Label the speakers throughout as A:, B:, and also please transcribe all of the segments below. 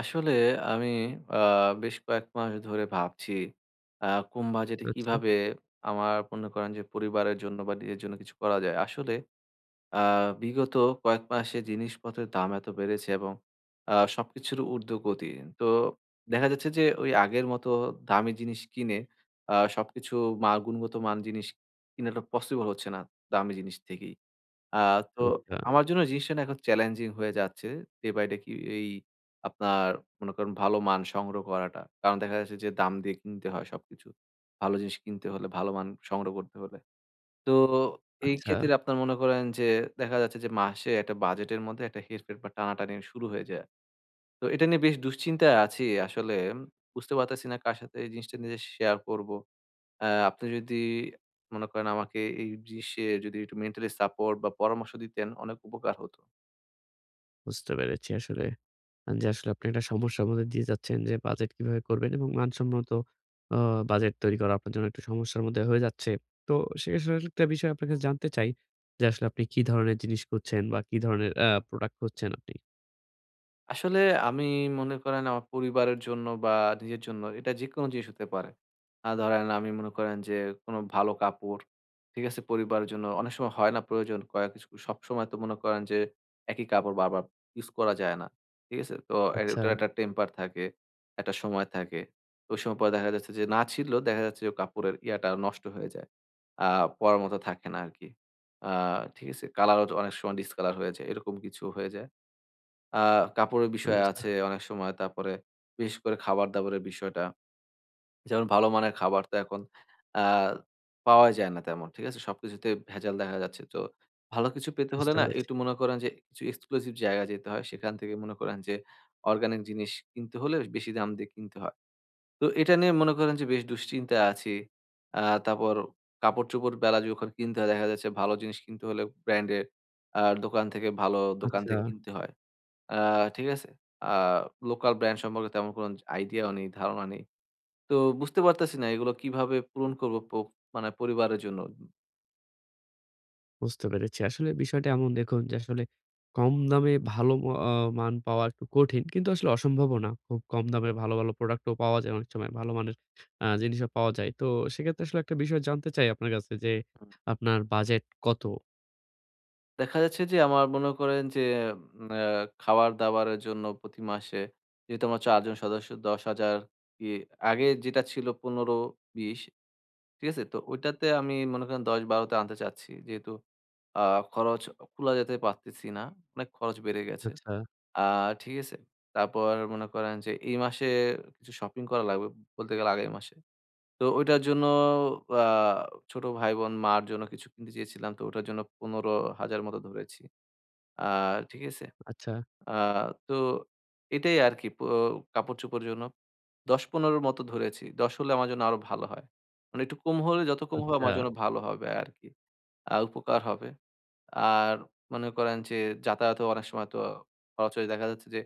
A: আসলে আমি আ বেশ কয়েক মাস ধরে ভাবছি আ কম বাজেটে
B: আচ্ছা,
A: কিভাবে আমার মনে করেন যে পরিবারের জন্য বা নিজের জন্য কিছু করা যায়। আসলে আ বিগত কয়েক মাসে জিনিসপত্রের দাম এত বেড়েছে এবং সবকিছুর ঊর্ধ্বগতি। তো দেখা যাচ্ছে যে ওই আগের মতো দামি জিনিস কিনে সবকিছু মা গুণগত মান জিনিস কিনাটা পসিবল হচ্ছে না দামি জিনিস থেকেই। আ তো
B: আচ্ছা,
A: আমার জন্য জিনিসটা না এখন চ্যালেঞ্জিং হয়ে যাচ্ছে। ডে বাই ডে কি এই আপনার মনে করেন ভালো মান সংগ্রহ করাটা। কারণ দেখা যাচ্ছে যে দাম দিয়ে কিনতে হয় সবকিছু। ভালো জিনিস কিনতে হলে, ভালো মান সংগ্রহ করতে হলে। তো এই
B: আচ্ছা।
A: ক্ষেত্রে আপনার মনে করেন যে দেখা যাচ্ছে যে মাসে একটা বাজেটের মধ্যে একটা হেরফের বা টানাটানি শুরু হয়ে যায়। তো এটা নিয়ে বেশ দুশ্চিন্তায় আছি আসলে। বুঝতে পারতেছি না কার সাথে এই জিনিসটা নিয়ে যে শেয়ার করব। আ আপনি যদি মনে করেন আমাকে এই জিনিসে যদি একটু মেন্টালি সাপোর্ট বা পরামর্শ দিতেন অনেক উপকার হতো।
B: বুঝতে পেরেছি আসলে যে আসলে আপনি একটা সমস্যার মধ্যে দিয়ে যাচ্ছেন যে বাজেট কিভাবে করবেন এবং মানসম্মত আ বাজেট তৈরি করা আপনার জন্য একটু সমস্যার মধ্যে হয়ে যাচ্ছে। তো সেক্ষেত্রে একটা বিষয় আপনার কাছে জানতে চাই যে আসলে আপনি কি ধরনের জিনিস খুঁজছেন বা কি ধরনের প্রোডাক্ট খুঁজছেন আপনি?
A: আসলে আমি মনে করেন আমার পরিবারের জন্য বা নিজের জন্য এটা যেকোনো জিনিস হতে পারে। ধরেন আমি মনে করেন যে কোনো ভালো কাপড়, ঠিক আছে? পরিবারের জন্য অনেক সময় হয় না প্রয়োজন কয়েক কিছু সবসময় তো মনে করেন যে একই কাপড় বারবার ইউজ করা যায় না। ঠিক আছে? তো এ ওটার
B: আচ্ছা,
A: আচ্ছা। একটা টেম্পার থাকে, একটা সময় থাকে। তো ওই সময় পরে দেখা যাচ্ছে যে না ছিঁড়লেও দেখা যাচ্ছে যে কাপড়ের ইয়াটা নষ্ট হয়ে যায়। আ পরার মতো থাকে না আরকি। আ ঠিক আছে? কালারও অনেক সময় ডিসকালার হয়ে যায়। এরকম কিছু হয়ে যায়। আ কাপড়ের বিষয়
B: আচ্ছা,
A: আছে অনেক সময়। তারপরে বিশেষ করে খাবার-দাবারের বিষয়টা। যেমন ভালো মানের খাবার তো এখন আ পাওয়াই যায় না তেমন। ঠিক আছে? সবকিছুতে ভেজাল দেখা যাচ্ছে। তো ভালো কিছু পেতে হলে
B: বুঝতে
A: না হুম।
B: পেরেছি।
A: একটু মনে করেন যে কিছু এক্সক্লুসিভ জায়গায় যেতে হয়। সেখান থেকে মনে করেন যে অর্গানিক জিনিস কিনতে হলে বেশি দাম দিয়ে কিনতে হয়। তো এটা নিয়ে মনে করেন যে বেশ দুশ্চিন্তায় আছি। আ তারপর কাপড়-চোপড় বেলা যখন কিনতে হয় দেখা যাচ্ছে ভালো জিনিস কিনতে হলে ব্র্যান্ডের দোকান থেকে ভালো দোকান আচ্ছা।
B: আচ্ছা।
A: থেকে কিনতে হয়। আ ঠিক আছে? আ লোকাল ব্র্যান্ড সম্পর্কে তেমন কোনো আইডিয়াও নেই, ধারণা নেই। তো বুঝতে পারতেছি না এগুলো কিভাবে পূরণ করব প মানে পরিবারের জন্য।
B: বুঝতে পেরেছি। আসলে বিষয়টা এমন দেখুন যে আসলে কম দামে ভালো ম আ মান পাওয়া একটু কঠিন। কিন্তু আসলে অসম্ভবও না। খুব কম দামে ভালো, ভালো প্রোডাক্টও পাওয়া যায় অনেক সময়। ভালো মানের জিনিসও পাওয়া যায়। তো সেক্ষেত্রে আসলে একটা বিষয় জানতে চাই আপনার কাছে যে
A: হুম।
B: আপনার বাজেট কত?
A: দেখা যাচ্ছে যে আমার মনে করেন যে উম আ খাবার-দাবারের জন্য প্রতি মাসে যেহেতু আমরা ৪ জন সদস্য ১০,০০০ কি আগে যেটা ছিল ১৫-২০ ঠিক আছে? তো ওইটাতে আমি মনে করেন ১০-১২ তে আনতে চাচ্ছি। যেহেতু আ খরচ কুলায় যেতে পারতেছি না। অনেক খরচ বেড়ে গেছে।
B: আচ্ছা,
A: আ ঠিক আছে? তারপর মনে করেন যে এই মাসে কিছু শপিং করা লাগবে বলতে গেলে আগামী মাসে। তো ওইটার জন্য আ ছোট ভাই-বোন মার জন্য কিছু কিনতে চেয়েছিলাম। তো ওটার জন্য ১৫,০০০ মতো ধরেছি। আ ঠিক আছে?
B: আচ্ছা,
A: আ তো এটাই আরকি প কাপড়-চোপড়ের জন্য ১০-১৫ র মতো ধরেছি। ১০ হলে আমার জন্য আরো ভালো হয়। মানে একটু কম হলে যত কম হবে
B: আচ্ছা,
A: আমার জন্য ভালো হবে আরকি। উপকার হবে। আর মনে করেন যে যাতায়াতেও অনেক সময় তো খরচ হয়ে দেখা যাচ্ছে যে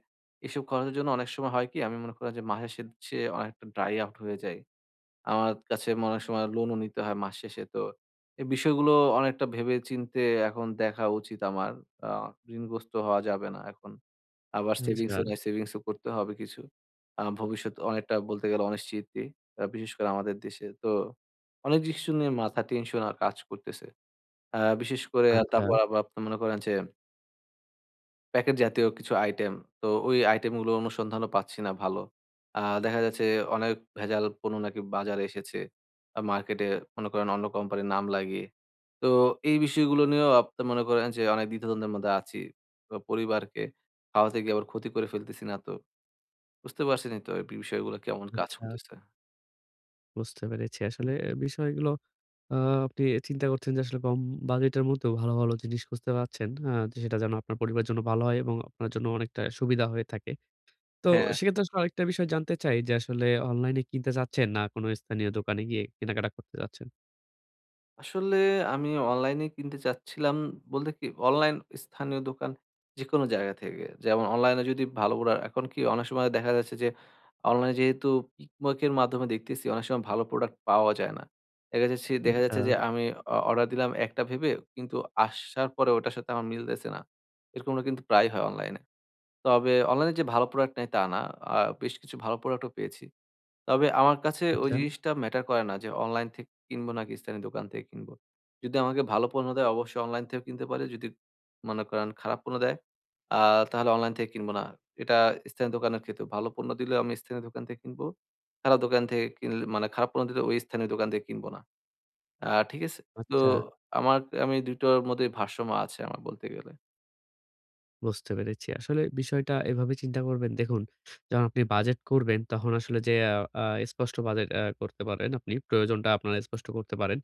A: এসব খরচের জন্য অনেক সময় হয় কি আমি মনে করেন যে মাসের শেষে অনেকটা ড্রাই আউট হয়ে যায়। আমার কাছে অনেক সময় লোনও নিতে হয় মাস শেষে। তো এই বিষয়গুলো অনেকটা ভেবে চিন্তে এখন দেখা উচিত আমার। আ ঋণগ্রস্ত হওয়া যাবে না এখন। আবার
B: আচ্ছা,
A: সেভিংসও একদম। নাই, সেভিংসও করতে হবে কিছু। ভবিষ্যৎ অনেকটা বলতে গেলে অনিশ্চিতই। বিশেষ করে আমাদের দেশে। তো অনেক কিছু নিয়ে মাথা টেনশন আর কাজ করতেছে। বিশেষ করে
B: আচ্ছা,
A: তারপর আবার আপনি মনে করেন যে প্যাকেট জাতীয় কিছু আইটেম। তো ওই আইটেমগুলো অনুসন্ধানও পাচ্ছি না ভালো। দেখা যাচ্ছে অনেক ভেজাল পণ্য নাকি বাজারে এসেছে। মার্কেটে মনে করেন অন্য কোম্পানির নাম লাগিয়ে। তো এই বিষয়গুলো নিয়েও আপনি মনে করেন যে অনেক দ্বিধাদ্বন্দ্বের মধ্যে আছি। তো পরিবারকে খাওয়াতে গিয়ে আবার ক্ষতি করে ফেলতেছি না তো। বুঝতে পারছেনই তো এই বিষয়গুলো কেমন কাজ
B: আচ্ছা।
A: করতেছে।
B: বুঝতে পেরেছি। আসলে বিষয়গুলো আ আপনি চিন্তা করছেন যে আসলে কম বাজেটের মধ্যেও ভালো, ভালো জিনিস খুঁজতে পারছেন। সেটা যেন আপনার পরিবারের জন্য ভালো হয় এবং আপনার জন্য অনেকটা সুবিধা হয়ে থাকে। তো
A: হ্যাঁ।
B: সেক্ষেত্রে আসলে আরেকটা বিষয় জানতে চাই যে আসলে অনলাইনে কিনতে চাচ্ছেন না কোনো স্থানীয় দোকানে গিয়ে কেনাকাটা করতে চাচ্ছেন?
A: আসলে আমি অনলাইনে কিনতে চাচ্ছিলাম বলতে কি অনলাইন স্থানীয় দোকান যেকোনো জায়গা থেকে। যেমন অনলাইনে যদি ভালো প্রোডাক্ট এখন কি অনেক সময় দেখা যাচ্ছে যে অনলাইনে যেহেতু পিকমোকে এর মাধ্যমে দেখতেছি অনেক সময় ভালো প্রোডাক্ট পাওয়া যায় না। দেখা যাচ্ছে দেখা
B: আচ্ছা,
A: যাচ্ছে যে আমি অ অর্ডার দিলাম একটা ভেবে কিন্তু আসার পরে ওটার সাথে আমার মিলতেছে না। এরকমটা কিন্তু প্রায়ই হয় অনলাইনে। তবে অনলাইনে যে ভালো প্রোডাক্ট নেই তা না। আ বেশ কিছু ভালো প্রোডাক্টও পেয়েছি। তবে আমার কাছে ওই
B: আচ্ছা,
A: জি। জিনিসটা ম্যাটার করে না যে অনলাইন থেকে কিনবো নাকি স্থানীয় দোকান থেকে কিনবো। যদি আমাকে ভালো পণ্য দেয় অবশ্যই অনলাইন থেকেও কিনতে পারি। যদি মনে করেন খারাপ পণ্য দেয় আ তাহলে অনলাইন থেকে কিনব না। এটা স্থানীয় দোকানের ক্ষেত্রে। ভালো পণ্য দিলেও আমি স্থানীয় দোকান থেকে কিনবো। খারাপ দোকান থেকে কিনলে মানে খারাপ পণ্য দিলে ওই স্থানীয় দোকান থেকে কিনব না। ঠিক আছে? তো
B: আচ্ছা।
A: আমার আমি ২ টোর মধ্যে ভারসাম্য আছে আমার বলতে গেলে।
B: বুঝতে পেরেছি। আসলে বিষয়টা এভাবে চিন্তা করবেন। দেখুন, যখন আপনি বাজেট করবেন তখন আসলে যে আ আ স্পষ্ট বাজেট করতে পারেন আপনি। প্রয়োজনটা আপনার স্পষ্ট করতে পারেন।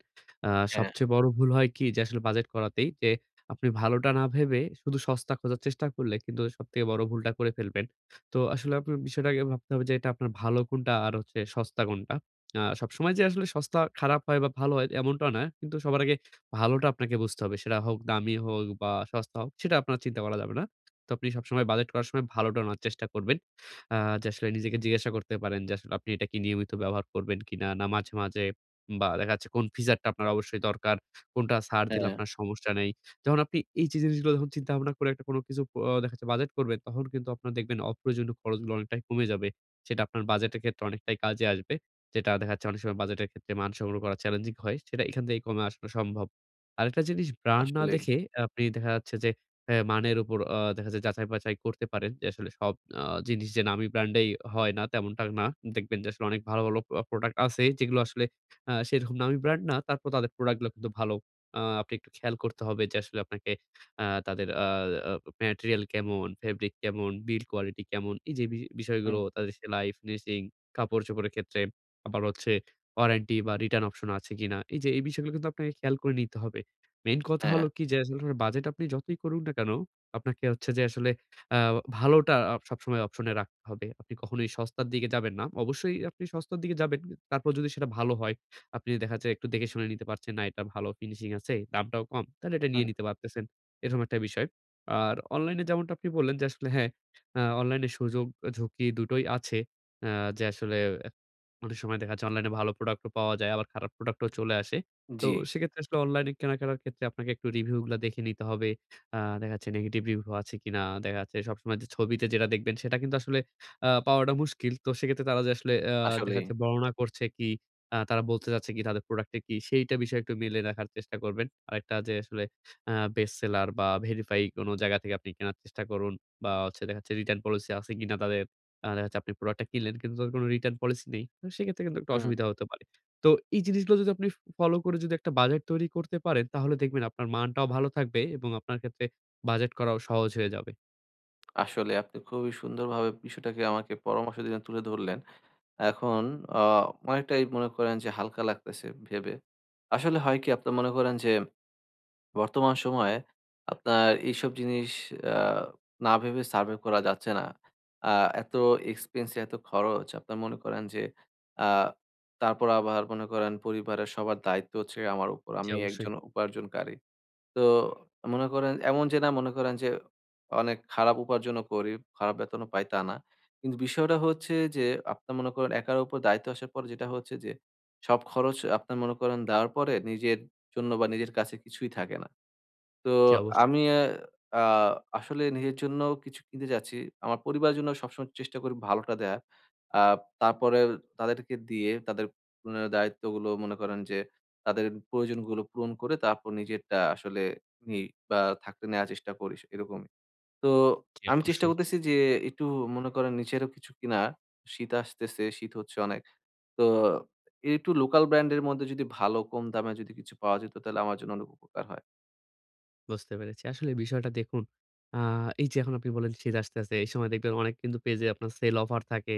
B: আ
A: হ্যাঁ,
B: সবচেয়ে বড় ভুল হয় কি যে আসলে বাজেট করাতেই যে আপনি ভালোটা না ভেবে শুধু সস্তা খোঁজার চেষ্টা করলে কিন্তু সবথেকে বড় ভুলটা করে ফেলবেন। তো আসলে আপনার বিষয়টাকে ভাবতে হবে যে এটা আপনার ভালো কোনটা আর হচ্ছে সস্তা কোনটা। সবসময় যে আসলে সস্তা খারাপ হয় বা ভালো হয় এমনটা না। কিন্তু সবার আগে ভালোটা আপনাকে বুঝতে হবে। সেটা হোক দামি হোক বা সস্তা হোক সেটা আপনার চিন্তা করা যাবে না। তো আপনি সবসময় বাজেট করার সময় ভালোটা নেওয়ার চেষ্টা করবেন। আ যে আসলে নিজেকে জিজ্ঞাসা করতে পারেন যে আসলে আপনি এটা কি নিয়মিত ব্যবহার করবেন কিনা? না মাঝে, মাঝে বা দেখা যাচ্ছে কোন ফিচারটা আপনার অবশ্যই দরকার, কোনটা ছাড় দিলে
A: হ্যাঁ
B: আপনার সমস্যা নেই। যখন আপনি এই যে জিনিসগুলো যখন চিন্তাভাবনা করে একটা কোনো কিছু দেখা যাচ্ছে বাজেট করবেন, তখন কিন্তু আপনার দেখবেন অপ্রয়োজনীয় খরচগুলো অনেকটাই কমে যাবে। সেটা আপনার বাজেটের ক্ষেত্রে অনেকটাই কাজে আসবে। যেটা দেখা যাচ্ছে অনেক সময় বাজেটের ক্ষেত্রে মান সংগ্রহ করা চ্যালেঞ্জিং হয়। সেটা এখান থেকে কমে আসানো সম্ভব। আরেকটা জিনিস ব্র্যান্ড না
A: আসলেই।
B: দেখে আপনি দেখা যাচ্ছে যে হ্যাঁ, মানের উপর দেখা যায় যাচাই-বাছাই করতে পারেন যে আসলে সব জিনিস যে নামি ব্র্যান্ডেই হয় না তেমনটা না। দেখবেন যে আসলে অনেক ভালো, ভালো প্রোডাক্ট আছে যেগুলো আসলে সেরকম নামি ব্র্যান্ড না। তারপর তাদের প্রোডাক্টগুলো কিন্তু ভালো। আপনি একটু খেয়াল করতে হবে যে আসলে আপনাকে তাদের আ আ ম্যাটেরিয়াল কেমন, ফেব্রিক কেমন, বিল্ড কোয়ালিটি কেমন। এই যে
A: হুম,
B: বিষয়গুলো তাদের সেলাই, ফিনিশিং, কাপড়-চোপড়ের ক্ষেত্রে আবার হচ্ছে ওয়ারেন্টি বা রিটার্ন অপশন আছে কিনা। এই যে এই বিষয়গুলো কিন্তু আপনাকে খেয়াল করে নিতে হবে। মেইন কথা
A: হ্যাঁ,
B: হলো কি যে আসলে আপনার বাজেট আপনি যতই করুন না কেন, আপনাকে হচ্ছে যে আসলে আ ভালোটা সবসময় অপশনে রাখতে হবে। আপনি কখনোই সস্তার দিকে যাবেন না। অবশ্যই আপনি সস্তার দিকে যাবেন। তারপর যদি সেটা ভালো হয়, আপনি দেখা যায় একটু দেখে শুনে নিতে পারছেন, না এটা ভালো ফিনিশিং আছে, দামটাও কম, তাহলে এটা নিয়ে
A: হুম,
B: নিতে পারতেছেন। এরকম একটা বিষয়। আর অনলাইনে যেমনটা আপনি বললেন যে আসলে হ্যাঁ, অনলাইনে সুযোগ ঝুঁকি দুটোই আছে। আ যে আসলে অনেক সময় দেখা যাচ্ছে অনলাইনে ভালো প্রোডাক্ট ও পাওয়া যায় আবার খারাপ প্রোডাক্ট ও চলে আসে। তো
A: জি
B: সেক্ষেত্রে আসলে অনলাইনে কেনাকাটার ক্ষেত্রে আপনাকে একটু রিভিউ গুলা দেখে নিতে হবে। দেখা যাচ্ছে নেগেটিভ রিভিউ আছে কিনা? দেখা যাচ্ছে সবসময় যে ছবিতে যেটা দেখবেন সেটা কিন্তু আসলে পাওয়াটা মুশকিল। তো সেক্ষেত্রে তারা যে আসলে দেখা
A: আসলেই।
B: যাচ্ছে বর্ণনা করছে কি, তারা বলতে চাচ্ছে কি তাদের প্রোডাক্টে কি সেইটা বিষয়ে একটু মিলে দেখার চেষ্টা করবেন। আরেকটা যে আসলে বেস্ট সেলার বা ভেরিফাই কোন জায়গা থেকে আপনি কেনার চেষ্টা করুন বা হচ্ছে দেখা যাচ্ছে রিটার্ন পলিসি আছে কিনা তাদের। দেখা যাচ্ছে আপনি প্রোডাক্টটা কিনলেন কিন্তু তাদের কোনো রিটার্ন পলিসি নেই। তো সেক্ষেত্রে কিন্তু একটা
A: হুম।
B: অসুবিধা হতে পারে। তো এই জিনিসগুলো যদি আপনি ফলো করে যদি একটা বাজেট তৈরি করতে পারেন, তাহলে দেখবেন আপনার মানটাও ভালো থাকবে এবং আপনার ক্ষেত্রে বাজেট করাও সহজ হয়ে যাবে।
A: আসলে আপনি খুবই সুন্দরভাবে বিষয়টাকে আমাকে পরামর্শ দিলেন, তুলে ধরলেন। এখন আ অনেকটাই মনে করেন যে হালকা লাগতেছে ভেবে। আসলে হয় কি আপনার মনে করেন যে বর্তমান সময়ে আপনার এইসব জিনিস আ না ভেবে সার্ভাইভ করা যাচ্ছে না। আ এত এক্সপেন্সিভ এত খরচ আপনার মনে করেন যে আ তারপর আবার মনে করেন পরিবারের সবার দায়িত্ব হচ্ছে আমার উপর।
B: জি
A: আমি
B: অবশ্যই,
A: একজন উপার্জনকারী। তো মনে করেন এমন যে না মনে করেন যে অনেক খারাপ উপার্জনও করি, খারাপ বেতনও পাই তা না। কিন্তু বিষয়টা হচ্ছে যে আপনার মনে করেন একার উপর দায়িত্ব আসার পর যেটা হচ্ছে যে সব খরচ আপনার মনে করেন দেওয়ার পরে নিজের জন্য বা নিজের কাছে কিছুই থাকে না। তো
B: জি অবশ্যই,
A: আমি আ আসলে নিজের জন্য কিছু কিনতে চাচ্ছি। আমার পরিবারের জন্য সবসময় চেষ্টা করি ভালোটা দেয়ার। আ তারপরে তাদেরকে দিয়ে তাদের অ্যা দায়িত্বগুলো মনে করেন যে তাদের প্রয়োজনগুলো পূরণ করে তারপর নিজেরটা আসলে নিই বা থাকলে নেয়ার চেষ্টা করি এরকমই। তো
B: জি
A: আমি চেষ্টা
B: অবশ্যই।
A: করতেছি যে একটু মনে করেন নিজেরও কিছু কিনার। শীত আসতেছে, শীত হচ্ছে অনেক। তো একটু লোকাল ব্র্যান্ড এর মধ্যে যদি ভালো কম দামে যদি কিছু পাওয়া যেত তাহলে আমার জন্য অনেক উপকার হয়।
B: বুঝতে পেরেছি। আসলে বিষয়টা দেখুন, আ এই যে এখন আপনি বললেন শীত আসতেছে, এই সময় দেখবেন অনেক কিন্তু পেজে আপনার সেল অফার থাকে।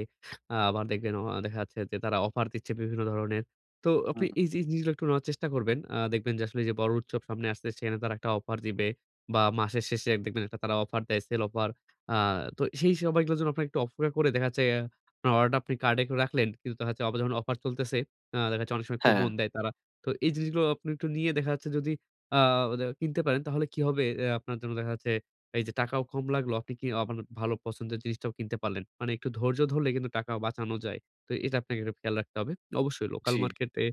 B: আবার দেখবেন দেখা যাচ্ছে যে তারা অফার দিচ্ছে বিভিন্ন ধরনের। তো আপনি
A: হুম,
B: এই যে জিনিসগুলো একটু নেওয়ার চেষ্টা করবেন। দেখবেন যে আসলে এই যে বড় উৎসব সামনে আসছে সেখানে তারা একটা অফার দিবে বা মাসের শেষে এক দেখবেন একটা তারা অফার দেয়, সেল অফার। আ তো সেই সময়গুলোর জন্য আপনার একটু অপেক্ষা করে দেখা যাচ্ছে আহ, আপনার অর্ডারটা আপনি কার্ডে করে রাখলেন। কিন্তু দেখা যাচ্ছে আবার যখন অফার চলতেছে, দেখা যাচ্ছে অনেক সময়
A: হ্যাঁ।
B: কুপন দেয় তারা। তো এই জিনিসগুলো আপনি একটু নিয়ে দেখা যাচ্ছে যদি আ ওদে কিনতে পারেন তাহলে কি হবে? আপনার জন্য দেখা যাচ্ছে এই যে টাকাও কম লাগলো। আপনি কি আপনার ভালো পছন্দের জিনিসটাও কিনতে পারলেন। মানে একটু ধৈর্য ধরলে কিন্তু টাকা বাঁচানো যায়। তো এটা আপনাকে একটু খেয়াল রাখতে হবে। অবশ্যই লোকাল
A: জি,
B: মার্কেটে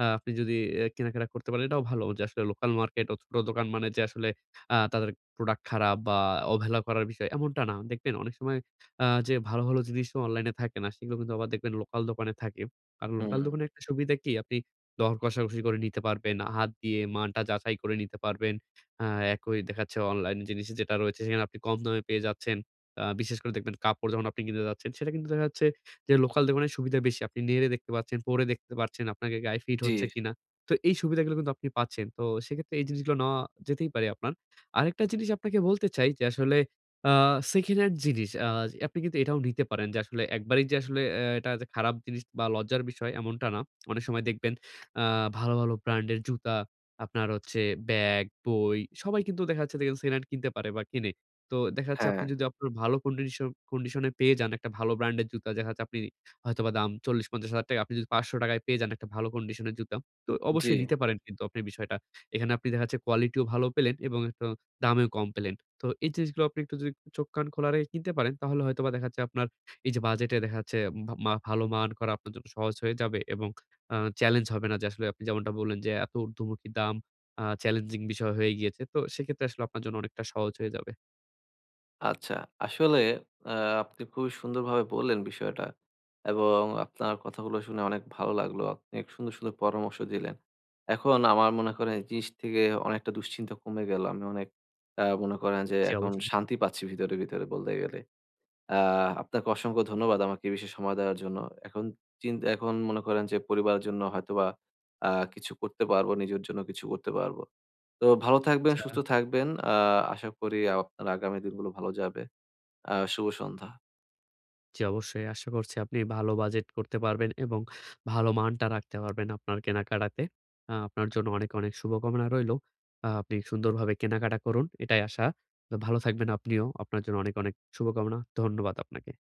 B: আপনি যদি কেনাকাটা করতে পারেন এটাও ভালো যে আসলে লোকাল মার্কেট ও ছোট দোকান মানে যে আসলে তাদের প্রোডাক্ট খারাপ বা অবহেলা করার বিষয় এমনটা না। দেখবেন অনেক সময় যে ভালো, ভালো জিনিসও অনলাইনে থাকে না। সেগুলো কিন্তু আবার দেখবেন লোকাল দোকানে থাকে। আর
A: হুম,
B: লোকাল দোকানে একটা সুবিধা কি আপনি দর কষাকষি করে নিতে পারবেন। হাত দিয়ে মানটা যাচাই করে নিতে পারবেন। আ একই দেখাচ্ছে অনলাইন জিনিস যেটা রয়েছে সেখানে আপনি কম দামে পেয়ে যাচ্ছেন। বিশেষ করে দেখবেন কাপড় যখন আপনি কিনতে যাচ্ছেন সেটা কিন্তু দেখা যাচ্ছে যে লোকাল দোকানের সুবিধা বেশি। আপনি নেড়ে দেখতে পাচ্ছেন, পরে দেখতে পারছেন আপনাকে গায়ে ফিট
A: জি,
B: হচ্ছে কিনা। তো এই সুবিধাগুলো কিন্তু আপনি পাচ্ছেন। তো সেক্ষেত্রে এই জিনিসগুলো নেওয়া যেতেই পারে আপনার। আরেকটা জিনিস আপনাকে বলতে চাই যে আসলে আ সেকেন্ড হ্যান্ড জিনিস আপনি কিন্তু এটাও নিতে পারেন যে আসলে একবারেই যে আসলে এটা যে খারাপ জিনিস বা লজ্জার বিষয় এমনটা না। অনেক সময় দেখবেন আ ভালো, ভালো ব্র্যান্ডের জুতা, আপনার হচ্ছে ব্যাগ, বই সবাই কিন্তু দেখা যাচ্ছে দেখেন সেকেন্ড হ্যান্ড কিনতে পারে বা কিনে। তো দেখা যাচ্ছে আপনি
A: হ্যাঁ,
B: যদি আপনার ভালো কন্ডিশনে পেয়ে যান একটা ভালো ব্র্যান্ডের জুতা দেখা যাচ্ছে আপনি হয়তোবা দাম ৳৪০,000-৳৫০,000 আপনি যদি ৳500 য় পেয়ে যান একটা ভালো কন্ডিশনের জুতা, তো
A: জি।
B: অবশ্যই নিতে পারেন কিন্তু আপনি বিষয়টা। এখানে আপনি দেখা যাচ্ছে কোয়ালিটিও ভালো পেলেন এবং একটু দামেও কম পেলেন। তো এই জিনিসগুলো আপনি একটু যদি চোখ কান খোলা রেখে কিনতে পারেন তাহলে হয়তোবা দেখা যাচ্ছে আপনার এই যে বাজেটে দেখা যাচ্ছে ভা মা ভালো মান করা আপনার জন্য সহজ হয়ে যাবে এবং আ চ্যালেঞ্জ হবে না যে আসলে আপনি যেমনটা বললেন যে এত ঊর্ধ্বমুখী দাম চ্যালেঞ্জিং বিষয় হয়ে গিয়েছে। তো সেক্ষেত্রে আসলে আপনার জন্য অনেকটা সহজ হয়ে যাবে।
A: আচ্ছা, আসলে আ আপনি খুবই সুন্দরভাবে বললেন বিষয়টা এবং আপনার কথাগুলো শুনে অনেক ভালো লাগলো। আপনি এক সুন্দর, সুন্দর পরামর্শ দিলেন। এখন আমার মনে করেন এই জিনিস থেকে অনেকটা দুশ্চিন্তা কমে গেল। আমি অনেক মনে করেন যে
B: জি,
A: এখন
B: অবশ্যই।
A: শান্তি পাচ্ছি ভিতরে, ভিতরে বলতে গেলে। আ আপনাকে অসংখ্য ধন্যবাদ আমাকে এই বিষয়ে সময় দেওয়ার জন্য। এখন চিন্তা এখন মনে করেন যে পরিবারের জন্য হয়তোবা কিছু করতে পারবো, নিজের জন্য কিছু করতে পারবো। তো ভালো থাকবেন,
B: আচ্ছা,
A: সুস্থ থাকবেন। আশা করি আপনার আগামী দিনগুলো ভালো যাবে। শুভ সন্ধ্যা।
B: জি, অবশ্যই। আশা করছি আপনি ভালো বাজেট করতে পারবেন এবং ভালো মানটা রাখতে পারবেন আপনার কেনাকাটাতে। আপনার জন্য অনেক, অনেক শুভকামনা রইলো। আপনি সুন্দরভাবে কেনাকাটা করুন এটাই আশা। তো ভালো থাকবেন আপনিও। আপনার জন্য অনেক, অনেক শুভকামনা। ধন্যবাদ আপনাকে।